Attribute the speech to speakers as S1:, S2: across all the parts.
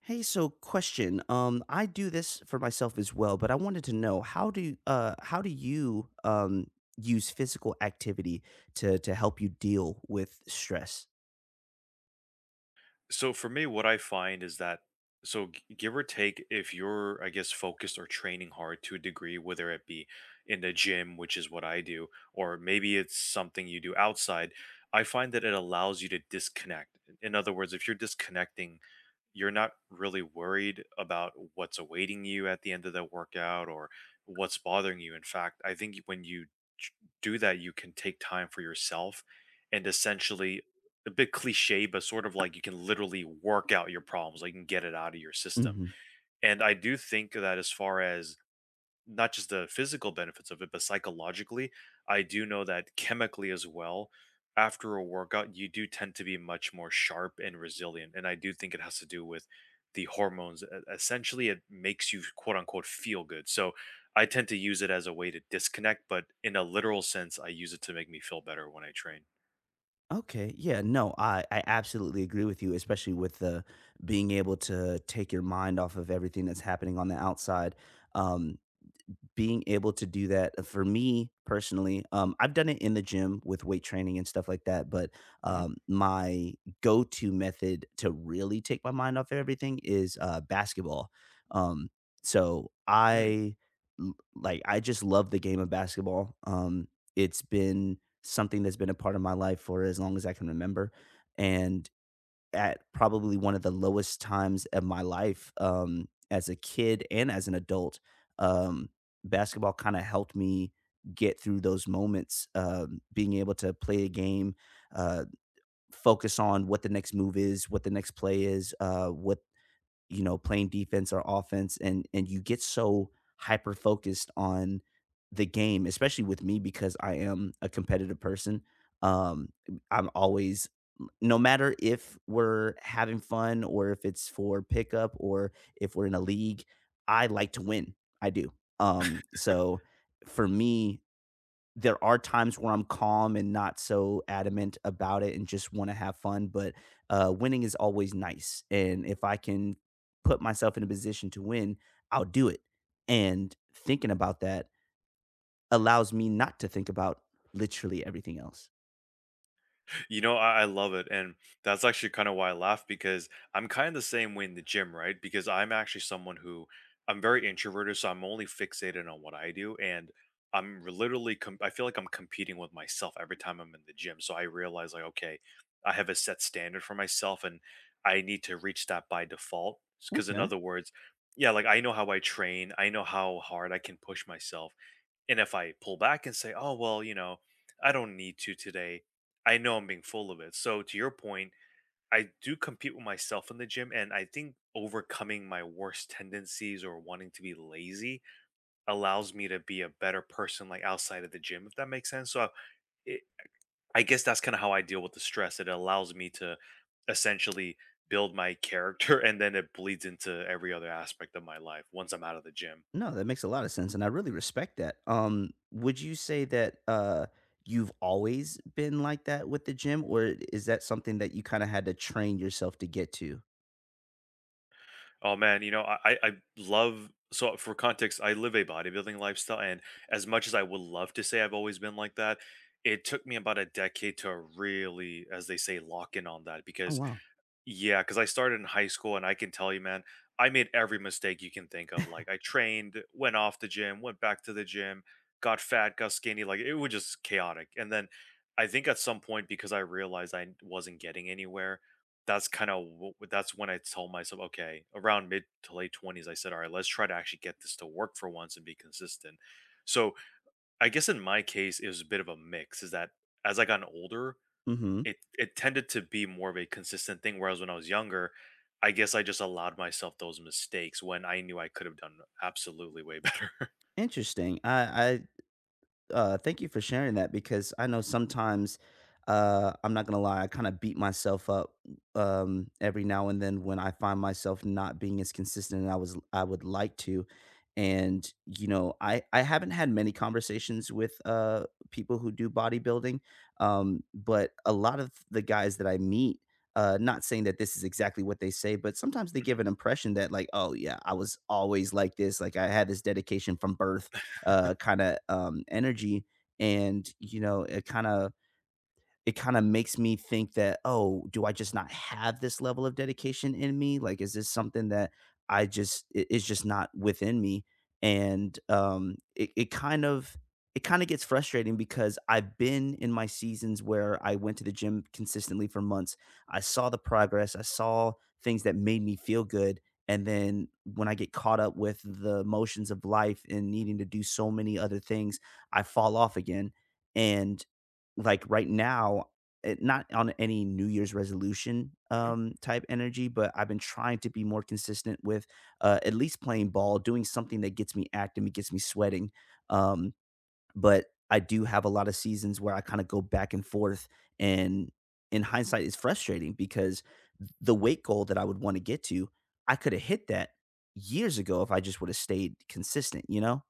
S1: Hey, so question. I do this for myself as well, but I wanted to know how do you use physical activity to help you deal with stress?
S2: So for me, what I find is that give or take, if you're I guess focused or training hard to a degree, whether it be in the gym, which is what I do, or maybe it's something you do outside, I find that it allows you to disconnect. In other words, if you're disconnecting you're not really worried about what's awaiting you at the end of the workout or what's bothering you. In fact, I think when you ch- do that, you can take time for yourself and essentially a bit cliche, but sort of like you can literally work out your problems, like you can get it out of your system.
S1: hmm
S2: And I do think that as far as not just the physical benefits of it, but psychologically, I do know that chemically as well, after a workout, you do tend to be much more sharp and resilient. And I do think it has to do with the hormones. Essentially, it makes you quote unquote feel good. So I tend to use it as a way to disconnect, but in a literal sense, I use it to make me feel better when I train.
S1: Okay, yeah, no, I absolutely agree with you, especially with the being able to take your mind off of everything that's happening on the outside. Um, Being able to do that for me personally I've done it in the gym with weight training and stuff like that, but
S2: Mhm.
S1: my go-to method to really take my mind off everything is basketball. um so
S2: Mm.
S1: i like, I just love the game of basketball. It's been something that's been a part of my life for as long as I can remember, and at probably one of the lowest times of my life, as a kid and as an adult. Um, Basketball kinda helped me get through those moments, being able to play a game, uh, focus on what the next move is, what the next play is, playing defense or offense, and you get so hyper focused on the game, especially with me because I am a competitive person. Um I'm always, no matter if we're having fun or if it's for pickup or if we're in a league, I like to win. I do. So for me, there are times where I'm calm and not so adamant about it and just want to have fun, but winning is always nice. And if I can put myself in a position to win, I'll do it. And thinking about that allows me not to think about literally everything else.
S2: You know, I love it. And that's actually kind of why I laugh because I'm kind of the same way in the gym, right? Because I'm actually someone who I'm very introverted. So I'm only fixated on what I do. And I feel like I'm competing with myself every time I'm in the gym. So I realize, like, okay, I have a set standard for myself and I need to reach that by default. Because, in other words, yeah, like I know how I train, I know how hard I can push myself and if I pull back and say, oh, well, you know, I don't need to today, I know I'm being full of it. So, to your point, I do compete with myself in the gym. And I think overcoming my worst tendencies or wanting to be lazy allows me to be a better person, like outside of the gym, if that makes sense. It, I guess that's kind of how I deal with the stress. It allows me to essentially build my character and then it bleeds into every other aspect of my life once I'm out of the gym.
S1: No, that makes a lot of sense. And I really respect that. Would you say that you've always been like that with the gym, or is that something that you kind of had to train yourself to get to?
S2: Oh man, you know, I love so for context, I live a bodybuilding lifestyle, and as much as I would love to say I've always been like that, it took me about a decade to really, as they say, lock in on that
S1: Oh
S2: because
S1: wow.
S2: yeah, because I started in high school, and I can tell you, man, I made every mistake you can think of, like, I trained, went off the gym, went back to the gym, got fat, got skinny, like, it was just chaotic, and then I think at some point, because I realized I wasn't getting anywhere, that's kinda that's when I told myself, "Okay," around mid to late 20s, I said, "Alright, let's try to actually get this to work for once and be consistent." So, I guess in my case, it was a bit of a mix, is that as I got older,
S1: Mm-hmm.
S2: it tended to be more of a consistent thing. Whereas when I was younger, I guess I just allowed myself those mistakes when I knew I could have done absolutely way better.
S1: Interesting. Thank you for sharing that, because I know sometimes I'm not gonna lie, I kind of beat myself up every now and then when I find myself not being as consistent as I was I would like to. And you know, I haven't had many conversations with people who do bodybuilding, but a lot of the guys that I meet. Not saying that this is exactly what they say, but sometimes they
S2: Mhm,
S1: give an impression that, like, oh, yeah, I was always like this. Like, I had this dedication from birth, kind of energy. And you know, it kind of makes me think that, oh, do I just not have this level of dedication in me? Like, is this something that is just not within me? And it kind of gets frustrating, because I've been in my seasons where I went to the gym consistently for months. I saw the progress, I saw things that made me feel good. And then when I get caught up with the emotions of life and needing to do so many other things, I fall off again. And like right now, not on any New Year's resolution
S2: mhm.
S1: type energy, but I've been trying to be more consistent with at least playing ball, doing something that gets me active, and gets me sweating. Um, but I do have a lot of seasons where I kind of go back and forth, and in hindsight, it's frustrating because the weight goal that I would want to get to, I could have hit that years ago if I just would have stayed consistent. You know?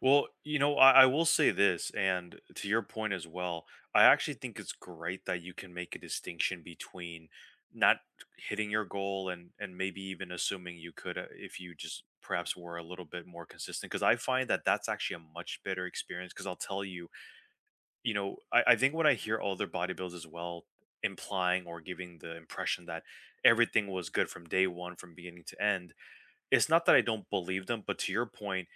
S2: Well, you know, I will say this, and to your point as well, I actually think it's great that you can make a distinction between not hitting your goal and maybe even assuming you could if you just perhaps were a little bit more consistent because I find that that's actually a much better experience because I'll tell you you know, I think when I hear older bodybuilders as well implying or giving the impression that everything was good from day one, from beginning to end, it's not that I don't believe them, but to your point,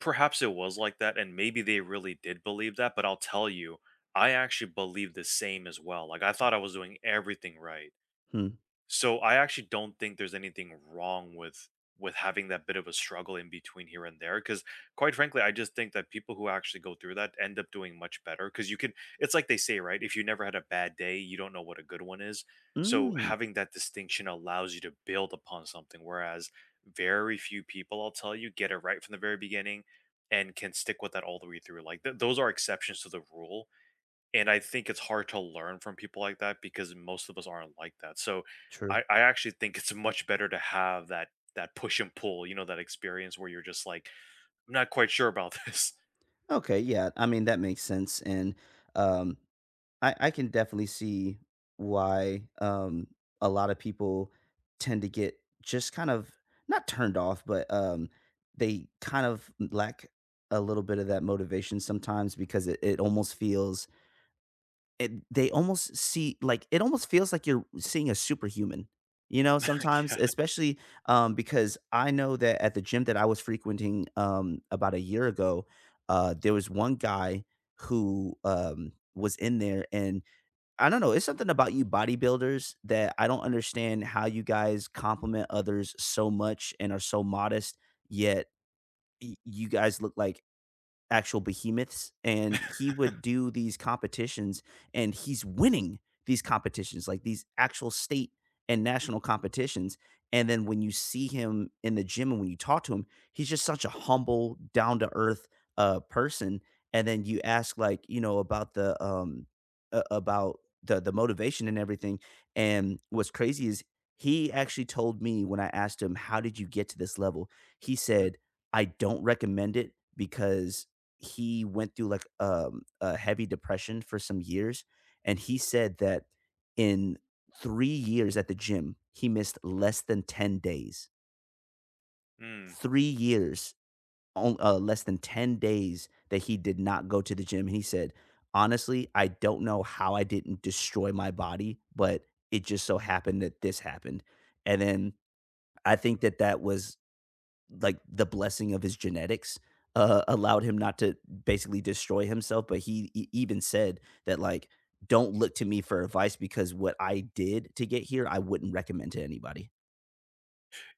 S2: perhaps it was like that, and maybe they really did believe that. But I'll tell you, I actually believe the same as well. Like I thought I was doing everything right.
S1: Hmm.
S2: So I actually don't think there's anything wrong with having that bit of a struggle in between here and there because quite frankly I just think that people who actually go through that end up doing much better because you can it's like they say right if you never had a bad day you don't know what a good one is so
S1: Mm,
S2: having that distinction allows you to build upon something whereas very few people I'll tell you get it right from the very beginning and can stick with that all the way through like those are exceptions to the rule and I think it's hard to learn from people like that because most of us aren't like that. So I,
S1: true.
S2: I actually think it's much better to have that push and pull, you know, that experience where you're just like, I'm not quite sure about this.
S1: Okay, yeah. I mean, that makes sense. And um, I can definitely see why a lot of people tend to get just kind of not turned off, but they kind of lack a little bit of that motivation sometimes because it almost feels it they almost see like, it almost feels like you're seeing a superhuman, you know,
S2: Like,
S1: sometimes,
S2: yeah.
S1: especially, because I know that at the gym that I was frequenting, about a year ago, there was one guy who, was in there and I don't know, it's something about you bodybuilders that I don't understand how you guys compliment others so much and are so modest, yet y you guys look like actual behemoths, and he would do these competitions, and he's winning these competitions, like these actual state and national competitions, and then when you see him in the gym and when you talk to him, he's just such a humble, down to earth, person, and then you ask, like, you know, about the, a about the motivation and everything, and what's crazy is he actually told me when I asked him, "How did you get to this level?" He said, "I don't recommend it, because he went through like a heavy depression for some years, and he said that in 3 years at the gym, he missed less than 10 days.
S2: Hmm.
S1: 3 years, on less than 10 days that he did not go to the gym. He said, "Honestly, I don't know how I didn't destroy my body, but it just so happened that this happened." And then I think that that was like the blessing of his genetics, allowed him not to basically destroy himself. But he even said that like, don't look to me for advice because what I did to get here, I wouldn't recommend to anybody.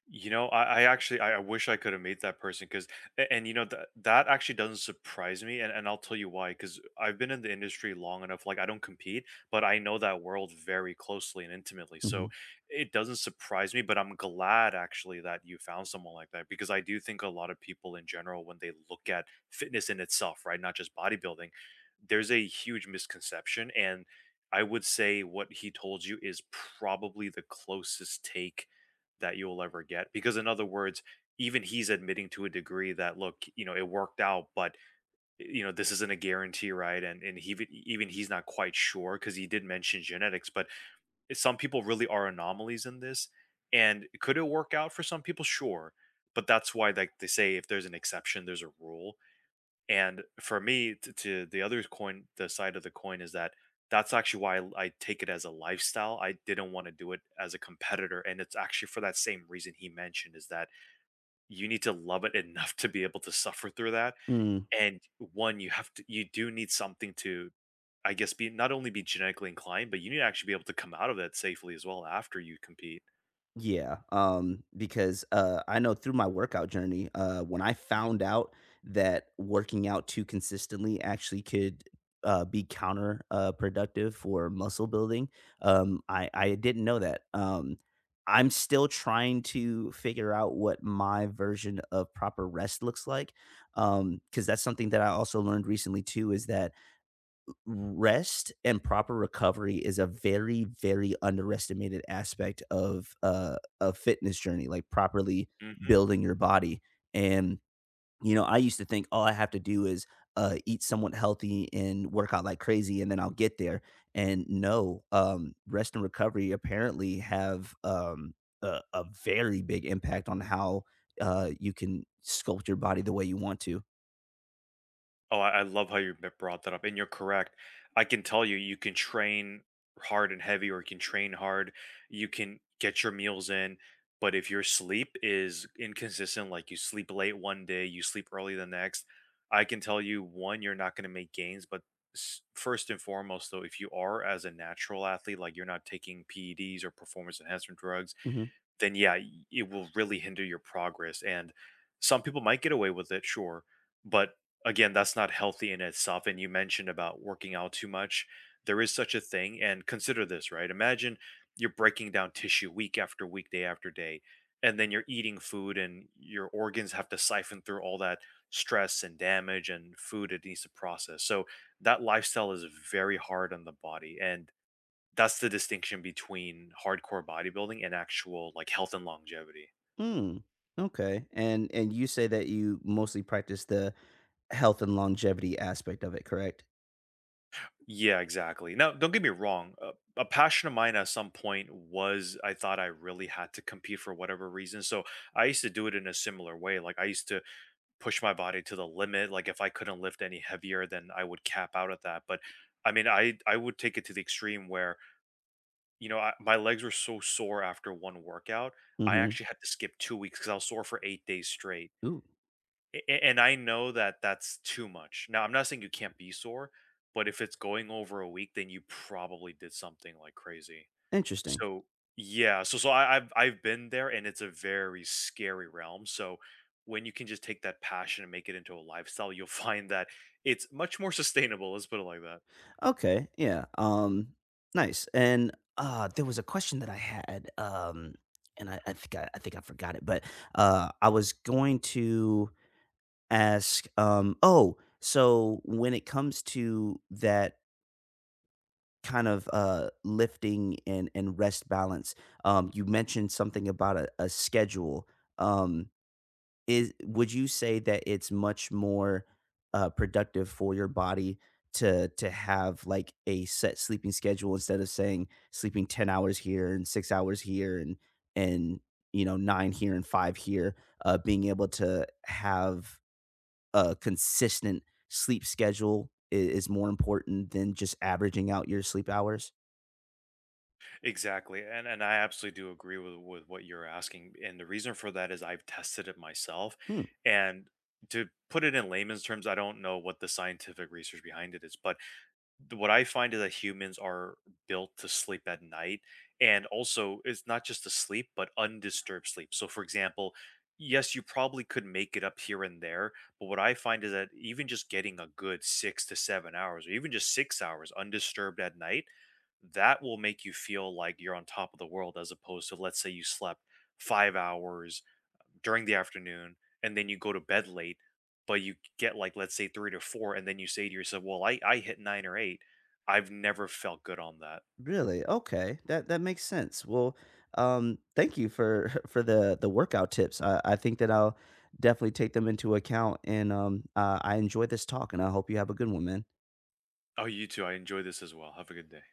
S2: You know, I actually I wish I could have made that person because and, you know that that actually doesn't surprise me and I'll tell you why because I've been in the industry long enough like I don't compete but I know that world very closely and intimately so
S1: hmm
S2: it doesn't surprise me but I'm glad actually that you found someone like that because I do think a lot of people in general when they look at fitness in itself right not just bodybuilding there's a huge misconception and I would say what he told you is probably the closest take that you'll ever get because in other words even he's admitting to a degree that look you know it worked out but you know this isn't a guarantee right and he even he's not quite sure because he did mention genetics but some people really are anomalies in this and could it work out for some people sure but that's why like they say if there's an exception there's a rule and for me, to the other coin, the side of the coin is that that's actually why I take it as a lifestyle. I didn't want to do it as a competitor. And it's actually for that same reason he mentioned is that you need to love it enough to be able to suffer through that. And one, you have to, you do need something to, I guess, be not only be genetically inclined, but you need to actually be able to come out of that safely as well after you compete.
S1: Yeah, because, I know through my workout journey, when I found out that working out too consistently actually could, be counter, productive for muscle building, I didn't know that, I'm still trying to figure out what my version of proper rest looks like, because that's something that I also learned recently too, is that rest and proper recovery is a very very underestimated aspect of a fitness journey, like properly
S2: Mhm.
S1: building your body. And you know, I used to think all I have to do is eat somewhat healthy and work out like crazy and then I'll get there. And no, rest and recovery apparently have a very big impact on how you can sculpt your body the way you want to.
S2: Oh, I love how you b brought that up, and you're correct. I can tell you, you can train hard and heavy, or you can train hard. You can get your meals in, but if your sleep is inconsistent, like you sleep late one day, you sleep early the next, I can tell you, one, you're not gonna make gains, but s first and foremost, though, if you are as a natural athlete, like you're not taking PEDs or performance enhancement drugs,
S1: Mhm.
S2: then yeah, it will really hinder your progress. And some people might get away with it, sure, but again, that's not healthy in itself. And you mentioned about working out too much. There is such a thing. And consider this, right? Imagine you're breaking down tissue week after week, day after day, and then you're eating food and your organs have to siphon through all that stress and damage and food it needs to process. So that lifestyle is very hard on the body. And that's the distinction between hardcore bodybuilding and actual, like, health and longevity.
S1: Mm, okay. And you say that you mostly practice the health and longevity aspect of it, correct?
S2: Yeah, exactly. Now, don't get me wrong, a passion of mine at some point was I thought I really had to compete for whatever reason, so I used to do it in a similar way, like, I used to push my body to the limit, like, if I couldn't lift any heavier, then I would cap out at that, but, I mean, I would take it to the extreme where, you know, I my legs were so sore after 1 workout, I
S1: Mhm.
S2: actually had to skip 2 weeks because I was sore for 8 days straight.
S1: Ooh,
S2: And I know that that's too much. Now, I'm not saying you can't be sore, but if it's going over a week, then you probably did something like crazy.
S1: interesting.
S2: So yeah, so I've been there, and it's a very scary realm. So when you can just take that passion and make it into a lifestyle, you'll find that it's much more sustainable. Let's put it like that.
S1: Okay, yeah. Nice. And, there was a question that I had, and I think I think I forgot it, but, I was going to ask, oh, so when it comes to that kind of lifting and rest balance. You mentioned something about a schedule. Um, is Would you say that it's much more productive for your body to have like a set sleeping schedule, instead of saying sleeping 10 hours here and 6 hours here and you know 9 here and 5 here? Being able to have a consistent sleep schedule is more important than just averaging out your sleep hours.
S2: Exactly. And I absolutely do agree with what you're asking. And the reason for that is I've tested it myself.
S1: Hmm.
S2: And to put it in layman's terms, I don't know what the scientific research behind it is, but what I find is that humans are built to sleep at night, and also it's not just to sleep, but undisturbed sleep. So, for example, yes, you probably could make it up here and there, but what I find is that even just getting a good 6 to 7 hours, or even just 6 hours undisturbed at night, that will make you feel like you're on top of the world, as opposed to let's say you slept 5 hours during the afternoon and then you go to bed late but you get like let's say 3 to 4 and then you say to yourself well I hit 9 or 8 I've never felt good on that
S1: Really? Okay. That that makes sense. Well, thank you for for the workout tips. I think that I'll definitely take them into account, and I enjoyed this talk, and I hope you have a good one, man.
S2: oh you too I enjoy this as well have a good day